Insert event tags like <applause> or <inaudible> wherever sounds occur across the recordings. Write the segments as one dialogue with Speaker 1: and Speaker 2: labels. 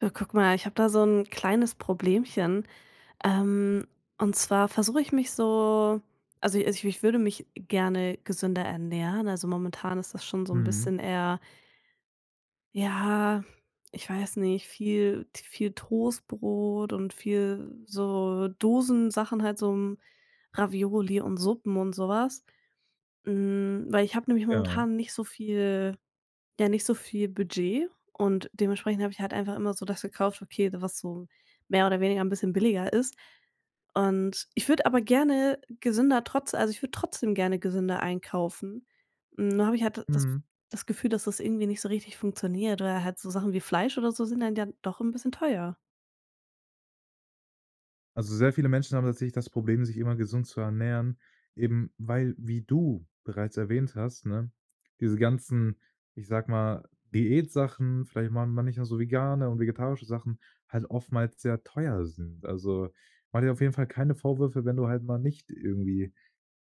Speaker 1: Ja, guck mal, ich habe da so ein kleines Problemchen. Ähm, und zwar versuche ich mich so, also ich würde mich gerne gesünder ernähren. Also momentan ist das schon so ein
Speaker 2: Mhm,
Speaker 1: bisschen eher, ja, ich weiß nicht, viel viel Toastbrot und viel so Dosensachen, halt so, Ravioli und Suppen und sowas. Was. Weil ich habe nämlich
Speaker 2: ja.
Speaker 1: momentan nicht so viel Budget, und dementsprechend habe ich halt einfach immer so das gekauft, okay, was so mehr oder weniger ein bisschen billiger ist. Und ich würde aber gerne gesünder trotz also, ich würde trotzdem gerne gesünder einkaufen. Nur habe ich halt das
Speaker 2: Mhm.
Speaker 1: das Gefühl, dass das irgendwie nicht so richtig funktioniert, weil halt so Sachen wie Fleisch oder so sind dann ja doch ein bisschen teuer.
Speaker 2: Also, sehr viele Menschen haben tatsächlich das Problem, sich immer gesund zu ernähren, eben weil, wie du bereits erwähnt hast, ne, diese ganzen, ich sag mal, Diätsachen, vielleicht mal manchmal so vegane und vegetarische Sachen halt oftmals sehr teuer sind. Also, mach dir auf jeden Fall keine Vorwürfe, wenn du halt mal nicht irgendwie,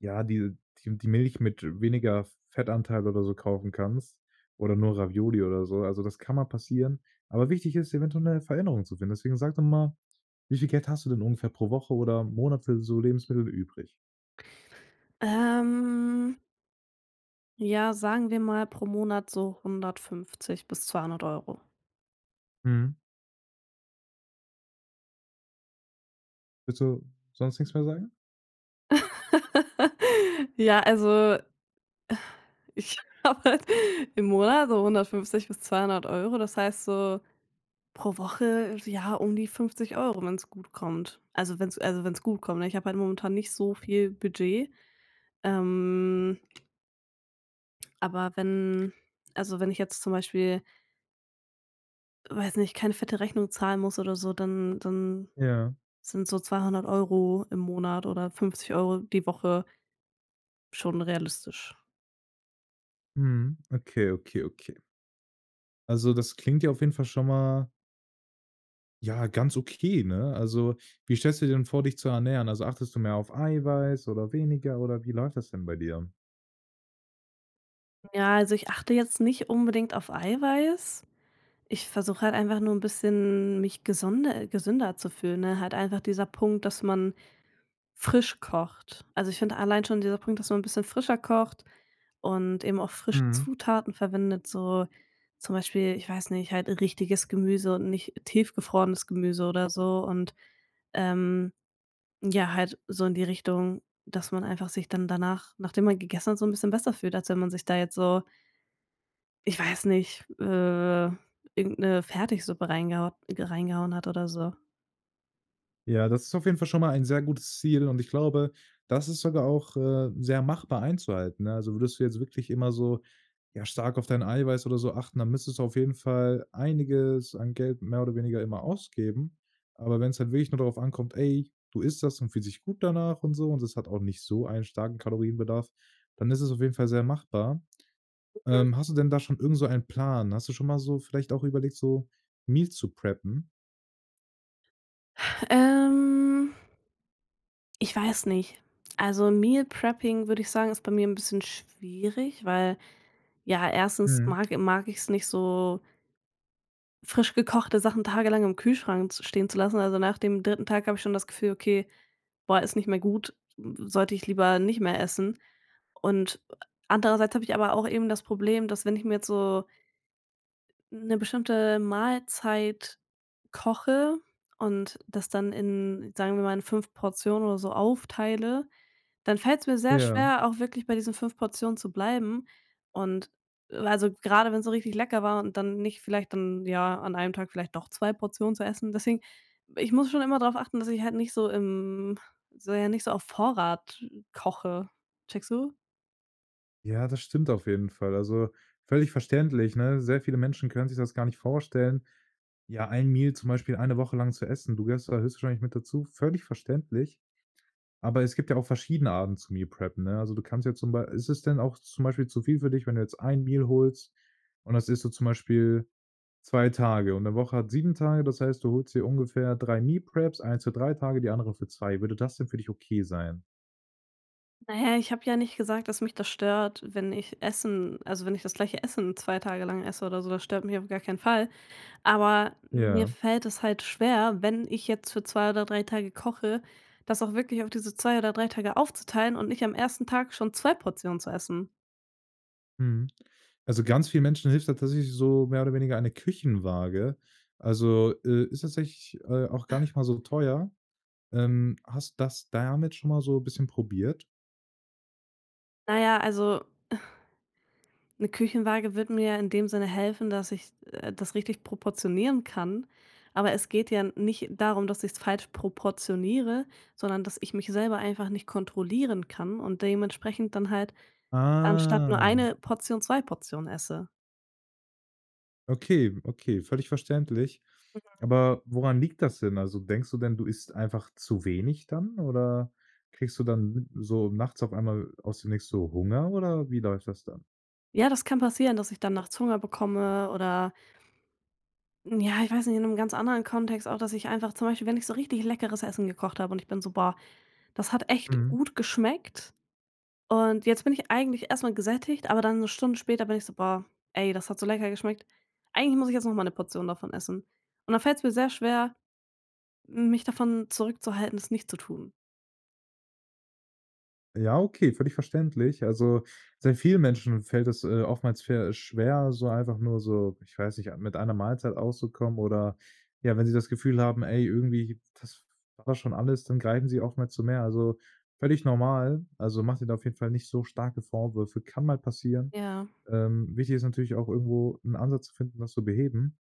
Speaker 2: ja, die Milch mit weniger Fettanteil oder so kaufen kannst oder nur Ravioli oder so. Also, das kann mal passieren. Aber wichtig ist, eventuell eine Veränderung zu finden. Deswegen sag doch mal, wie viel Geld hast du denn ungefähr pro Woche oder Monat für so Lebensmittel übrig?
Speaker 1: Ähm, ja, sagen wir mal pro Monat so 150 bis 200 €.
Speaker 2: Mhm. Willst du sonst nichts mehr sagen?
Speaker 1: <laughs> Ja, also ich <laughs> habe halt im Monat so 150 bis 200 Euro. Das heißt so pro Woche, ja, um die 50, wenn es gut kommt. Also, wenn es also, wenn's gut kommt, ne? Ich habe halt momentan nicht so viel Budget. Ähm, aber wenn ich jetzt zum Beispiel, weiß nicht, keine fette Rechnung zahlen muss oder so, dann
Speaker 2: Ja.
Speaker 1: sind so 200 € im Monat oder 50 € die Woche schon realistisch.
Speaker 2: Mhm. Okay, okay, okay. Also, das klingt ja auf jeden Fall schon mal, ja, ganz okay, ne? Also, wie stellst du dir denn vor, dich zu ernähren? Also, achtest du mehr auf Eiweiß oder weniger oder wie läuft das denn bei dir?
Speaker 1: Ja, also, ich achte jetzt nicht unbedingt auf Eiweiß. Ich versuche halt einfach nur ein bisschen mich gesonde gesünder zu fühlen, ne? Halt einfach dieser Punkt, dass man frisch kocht. Also, ich finde allein schon dieser Punkt, dass man ein bisschen frischer kocht und eben auch frische
Speaker 2: Mhm.
Speaker 1: Zutaten verwendet, so zum Beispiel, ich weiß nicht, halt richtiges Gemüse und nicht tiefgefrorenes Gemüse oder so, und ähm, ja, halt so in die Richtung, dass man einfach sich dann danach, nachdem man gegessen hat, so ein bisschen besser fühlt, als wenn man sich da jetzt so, ich weiß nicht, irgend 'ne Fertigsuppe reingehaut reingehauen hat oder so.
Speaker 2: Ja, das ist auf jeden Fall schon mal ein sehr gutes Ziel und ich glaube, das ist sogar auch, sehr machbar einzuhalten, ne? Also, würdest du jetzt wirklich immer so, ja, stark auf dein Eiweiß oder so achten, dann müsstest du auf jeden Fall einiges an Geld mehr oder weniger immer ausgeben. Aber wenn es halt wirklich nur darauf ankommt: „Ey, du isst das und fühlst dich gut danach" und so und es hat auch nicht so einen starken Kalorienbedarf, dann ist es auf jeden Fall sehr machbar.
Speaker 1: Mhm.
Speaker 2: Hast du denn da schon irgend so einen Plan? Hast du schon mal so vielleicht auch überlegt, so Meal zu preppen?
Speaker 1: Ähm, Ich weiß nicht. Also, Meal Prepping, würde ich sagen, ist bei mir ein bisschen schwierig, weil, ja, erstens
Speaker 2: Mhm.
Speaker 1: mag ich es nicht so, frisch gekochte Sachen tagelang im Kühlschrank z stehen zu lassen. Also, nach dem dritten Tag habe ich schon das Gefühl: „Okay, boah, ist nicht mehr gut, sollte ich lieber nicht mehr essen.“ Und andererseits habe ich aber auch eben das Problem, dass, wenn ich mir jetzt so eine bestimmte Mahlzeit koche und das dann in, sagen wir mal, in 5 Portionen oder so aufteile, dann fällt es mir sehr
Speaker 2: Ja.
Speaker 1: schwer, auch wirklich bei diesen 5 Portionen zu bleiben und, also, gerade wenn es so richtig lecker war, und dann nicht vielleicht dann, ja, an einem Tag vielleicht doch 2 Portionen zu essen. Deswegen, ich muss schon immer darauf achten, dass ich halt nicht so im, nicht so auf Vorrat koche. Checkst du?
Speaker 2: Ja, das stimmt auf jeden Fall. Also, völlig verständlich, ne? Sehr viele Menschen können sich das gar nicht vorstellen, ja, ein Meal zum Beispiel eine Woche lang zu essen. Du gehörst da höchstwahrscheinlich mit dazu, völlig verständlich. Aber es gibt ja auch verschiedene Arten zu Meal Preppen, ne? Also, du kannst ja zum Beispiel. Ist es denn auch zum Beispiel zu viel für dich, wenn du jetzt ein Meal holst und das isst du zum Beispiel 2 Tage und eine Woche hat 7 Tage, das heißt, du holst dir ungefähr 3 Meal Preps, eins für 3 Tage, die andere für 2. Würde das denn für dich okay sein?
Speaker 1: Naja, ich habe ja nicht gesagt, dass mich das stört, wenn ich wenn ich das gleiche Essen 2 Tage lang esse oder so, das stört mich auf gar keinen Fall. Aber mir
Speaker 2: Ja.
Speaker 1: fällt es halt schwer, wenn ich jetzt für 2 oder 3 Tage koche, das auch wirklich auf diese 2 oder 3 Tage aufzuteilen und nicht am ersten Tag schon 2 Portionen zu essen.
Speaker 2: Mhm. Also, ganz vielen Menschen hilft da tatsächlich so mehr oder weniger eine Küchenwaage. Also, ist tatsächlich, auch gar nicht mal so teuer. Hast das damit schon mal so ein bisschen probiert?
Speaker 1: Naja, also, eine Küchenwaage wird mir ja in dem Sinne helfen, dass ich, das richtig proportionieren kann. Aber es geht ja nicht darum, dass ich es falsch proportioniere, sondern dass ich mich selber einfach nicht kontrollieren kann und dementsprechend dann halt anstatt nur
Speaker 2: Ah,
Speaker 1: eine Portion 2 Portionen esse.
Speaker 2: okay, okay, völlig verständlich. Aber woran liegt das denn? Also, denkst du denn, du isst einfach zu wenig dann oder kriegst du dann so nachts auf einmal aus dem Nichts so Hunger oder wie läuft das dann?
Speaker 1: Ja, das kann passieren, dass ich dann nachts Hunger bekomme oder, ja, ich weiß nicht, in einem ganz anderen Kontext auch, dass ich einfach zum Beispiel, wenn ich so richtig leckeres Essen gekocht habe, und ich bin so: „Boah, das hat echt
Speaker 2: Mhm.
Speaker 1: gut geschmeckt.“ Und jetzt bin ich eigentlich erstmal gesättigt, aber dann eine Stunde später bin ich so: „Boah, ey, das hat so lecker geschmeckt. Eigentlich muss ich jetzt noch mal eine Portion davon essen.“ Und dann fällt es mir sehr schwer, mich davon zurückzuhalten, es nicht zu tun.
Speaker 2: Ja, okay, völlig verständlich. Also, sehr vielen Menschen fällt es, oftmals ver schwer, so einfach nur so, ich weiß nicht, mit einer Mahlzeit auszukommen oder ja, wenn sie das Gefühl haben: „Ey, irgendwie, das war schon alles", dann greifen sie oftmals zu mehr. Also, völlig normal. Also, mach dir da auf jeden Fall nicht so starke Vorwürfe, kann mal passieren.
Speaker 1: Ja.
Speaker 2: Wichtig ist natürlich auch irgendwo einen Ansatz zu finden, das zu beheben.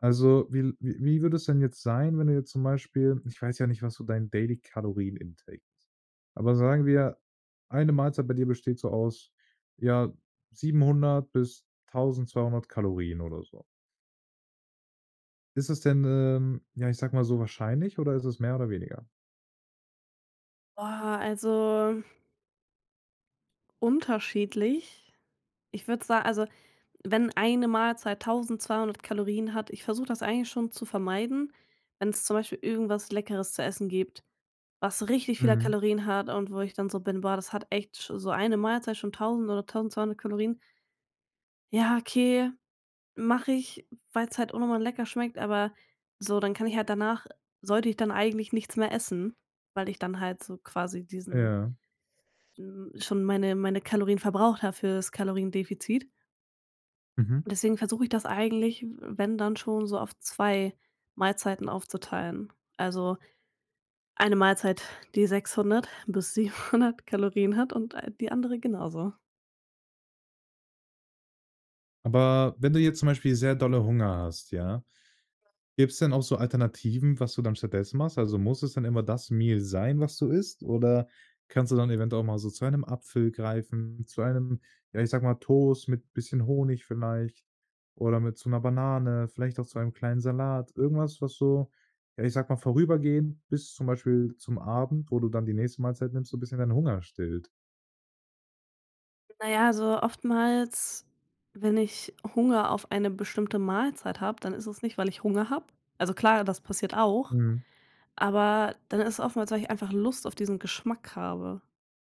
Speaker 2: Also, wie würde es denn jetzt sein, wenn du jetzt zum Beispiel ich weiß ja nicht, was so dein Daily Kalorien-Intake ist, aber sagen wir, eine Mahlzeit bei dir besteht so aus, ja, 700 bis 1200 Kalorien oder so. Ist es denn, ja, ich sag mal so wahrscheinlich oder ist es mehr oder weniger?
Speaker 1: Boah, also unterschiedlich. Ich würde sagen, also, wenn eine Mahlzeit 1.200 Kalorien hat, ich versuche das eigentlich schon zu vermeiden. Wenn es zum Beispiel irgendwas Leckeres zu essen gibt, was richtig viele
Speaker 2: Mhm.
Speaker 1: Kalorien hat und wo ich dann so bin: „Boah, das hat echt sch so eine Mahlzeit schon 1.000 oder 1.200 Kalorien.“ Ja, okay, mache ich, weil es halt auch noch lecker schmeckt, aber so, dann kann ich halt danach, sollte ich dann eigentlich nichts mehr essen, weil ich dann halt so quasi
Speaker 2: Ja.
Speaker 1: schon meine Kalorien verbraucht habe für das Kaloriendefizit.
Speaker 2: Mhm.
Speaker 1: Und deswegen versuche ich das eigentlich, wenn dann schon so auf 2 Mahlzeiten aufzuteilen. Also, eine Mahlzeit, die 600 bis 700 Kalorien hat, und, die andere genauso.
Speaker 2: Aber wenn du jetzt zum Beispiel sehr dolle Hunger hast, ja? Gibt's denn auch so Alternativen, was du dann stattdessen machst? Also, muss es dann immer das Meal sein, was du isst, oder kannst du dann eventuell auch mal so zu einem Apfel greifen, zu einem, ja, ich sag mal, Toast mit bisschen Honig vielleicht oder mit so 'ner Banane, vielleicht auch zu einem kleinen Salat, irgendwas, was so, ja, ich sag mal, vorübergehend bis zum Beispiel zum Abend, wo du dann die nächste Mahlzeit nimmst, so 'n bisschen deinen Hunger stillt.
Speaker 1: Na ja, also oftmals, wenn ich Hunger auf eine bestimmte Mahlzeit habe, dann ist es nicht, weil ich Hunger habe. Also klar, das passiert auch,
Speaker 2: Mhm.
Speaker 1: aber dann ist es oftmals, weil ich einfach Lust auf diesen Geschmack habe.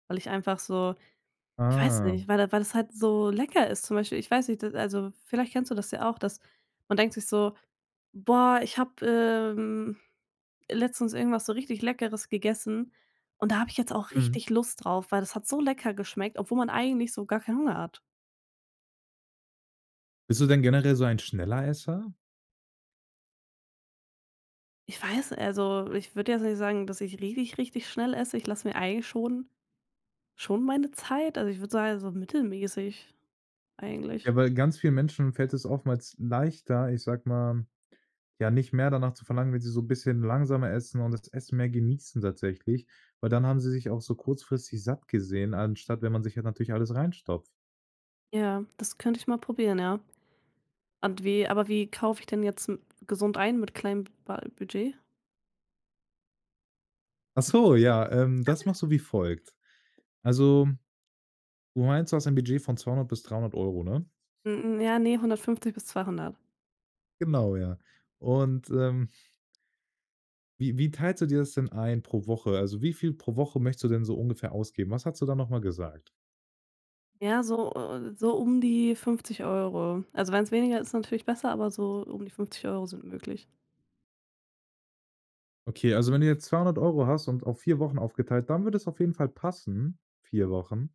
Speaker 1: Weil ich einfach so, ich weiß
Speaker 2: Ah,
Speaker 1: nicht, weil das halt so lecker ist. Zum Beispiel, ich weiß nicht, das also, vielleicht kennst du das ja auch, dass man denkt sich so: „Boah, ich habe, letztens irgendwas so richtig Leckeres gegessen, und da habe ich jetzt auch
Speaker 2: mhm.
Speaker 1: richtig Lust drauf, weil das hat so lecker geschmeckt“, obwohl man eigentlich so gar keinen Hunger hat.
Speaker 2: Bist du denn generell so ein schneller Esser?
Speaker 1: Ich weiß also, ich würde jetzt nicht sagen, dass ich richtig, richtig schnell esse. Ich lasse mir eigentlich schon meine Zeit. Also, ich würde sagen, so mittelmäßig
Speaker 2: Ja,
Speaker 1: eigentlich.
Speaker 2: weil ganz vielen Menschen fällt es oftmals leichter, ich sag mal, ja, nicht mehr danach zu verlangen, wenn sie so 'n bisschen langsamer essen und das Essen mehr genießen tatsächlich, weil dann haben sie sich auch so kurzfristig satt gesehen, anstatt wenn man sich halt natürlich alles reinstopft.
Speaker 1: Ja, das könnte ich mal probieren, ja. Und wie kaufe ich denn jetzt m gesund ein mit kleinem ba Budget?
Speaker 2: Ach so, ja, das machst du wie folgt. Also, du meinst, du hast ein Budget von 200 bis 300 €, ne?
Speaker 1: Ja, ne, 150 bis 200.
Speaker 2: Genau, ja. Und, wie teilst du dir das denn ein pro Woche? Also, wie viel pro Woche möchtest du denn so ungefähr ausgeben? Was hast du da noch mal gesagt?
Speaker 1: Ja, so um die 50 Euro. Also, wenn es weniger ist, natürlich besser, aber so um die 50 € sind möglich.
Speaker 2: Okay, also wenn du jetzt 200 € hast und auf 4 Wochen aufgeteilt, dann würde es auf jeden Fall passen, 4 Wochen.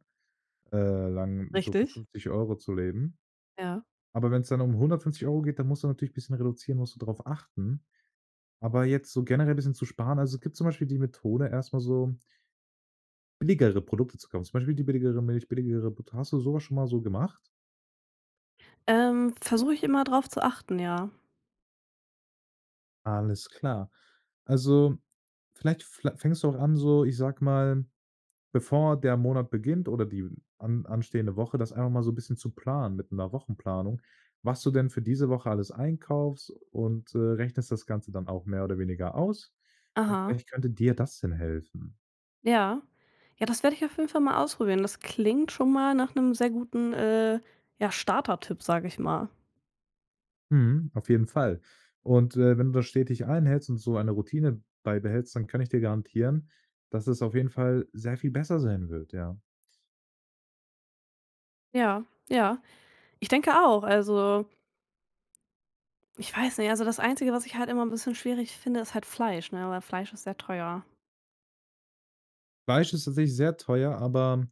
Speaker 2: äh, lang so für
Speaker 1: Richtig,
Speaker 2: 50 € zu leben.
Speaker 1: ja.
Speaker 2: Aber wenn es dann um 150 € geht, dann musst du natürlich ein bisschen reduzieren, musst du darauf achten. Aber jetzt so generell ein bisschen zu sparen, also, es gibt zum Beispiel die Methode, erstmal so billigere Produkte zu kaufen, zum Beispiel die billigere Milch, billigere Butter. Hast du so schon mal so gemacht?
Speaker 1: Versuche ich immer drauf zu achten, ja.
Speaker 2: Alles klar. Also, vielleicht fla fängst du auch an, so, ich sag mal, bevor der Monat beginnt oder die an anstehende Woche, das einfach mal so ein bisschen zu planen mit einer Wochenplanung, was du denn für diese Woche alles einkaufst und, rechnest das Ganze dann auch mehr oder weniger aus. Und
Speaker 1: Aha,
Speaker 2: vielleicht könnte dir das denn helfen.
Speaker 1: ja. Ja, das werde ich auf jeden Fall mal ausprobieren. Das klingt schon mal nach einem sehr guten, ja, Startertipp, sage ich mal.
Speaker 2: Mhm, auf jeden Fall. Und, wenn du das stetig einhältst und so eine Routine beibehältst, dann kann ich dir garantieren, dass es auf jeden Fall sehr viel besser sein wird, ja.
Speaker 1: Ja, ja. Ich denke auch. Also, ich weiß nicht, also, das Einzige, was ich halt immer ein bisschen schwierig finde, ist halt Fleisch, ne, weil Fleisch ist sehr teuer.
Speaker 2: Fleisch ist tatsächlich sehr teuer, aber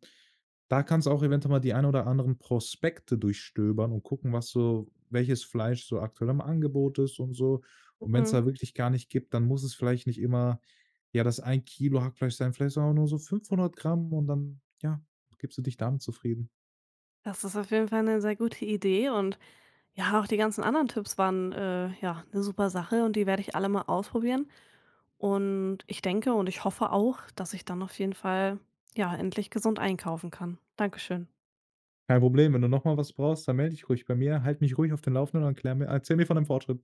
Speaker 2: da kannst du auch eventuell mal die ein oder anderen Prospekte durchstöbern und gucken, was so welches Fleisch so aktuell im Angebot ist und so. Und wenn es
Speaker 1: Mhm.
Speaker 2: da wirklich gar nicht gibt, dann muss es vielleicht nicht immer, ja, das ein Kilo Hackfleisch sein, vielleicht auch nur so 500 g und dann, ja, gibst du dich damit zufrieden.
Speaker 1: Das ist auf jeden Fall eine sehr gute Idee, und, ja, auch die ganzen anderen Tipps waren, ja, eine super Sache, und die werde ich alle mal ausprobieren. Und ich denke, und ich hoffe auch, dass ich dann auf jeden Fall, ja, endlich gesund einkaufen kann. Dankeschön.
Speaker 2: Kein Problem, wenn du noch mal was brauchst, dann melde dich ruhig bei mir. Halte mich ruhig auf den Laufenden und erklär mir erzähl mir von deinem Fortschritt.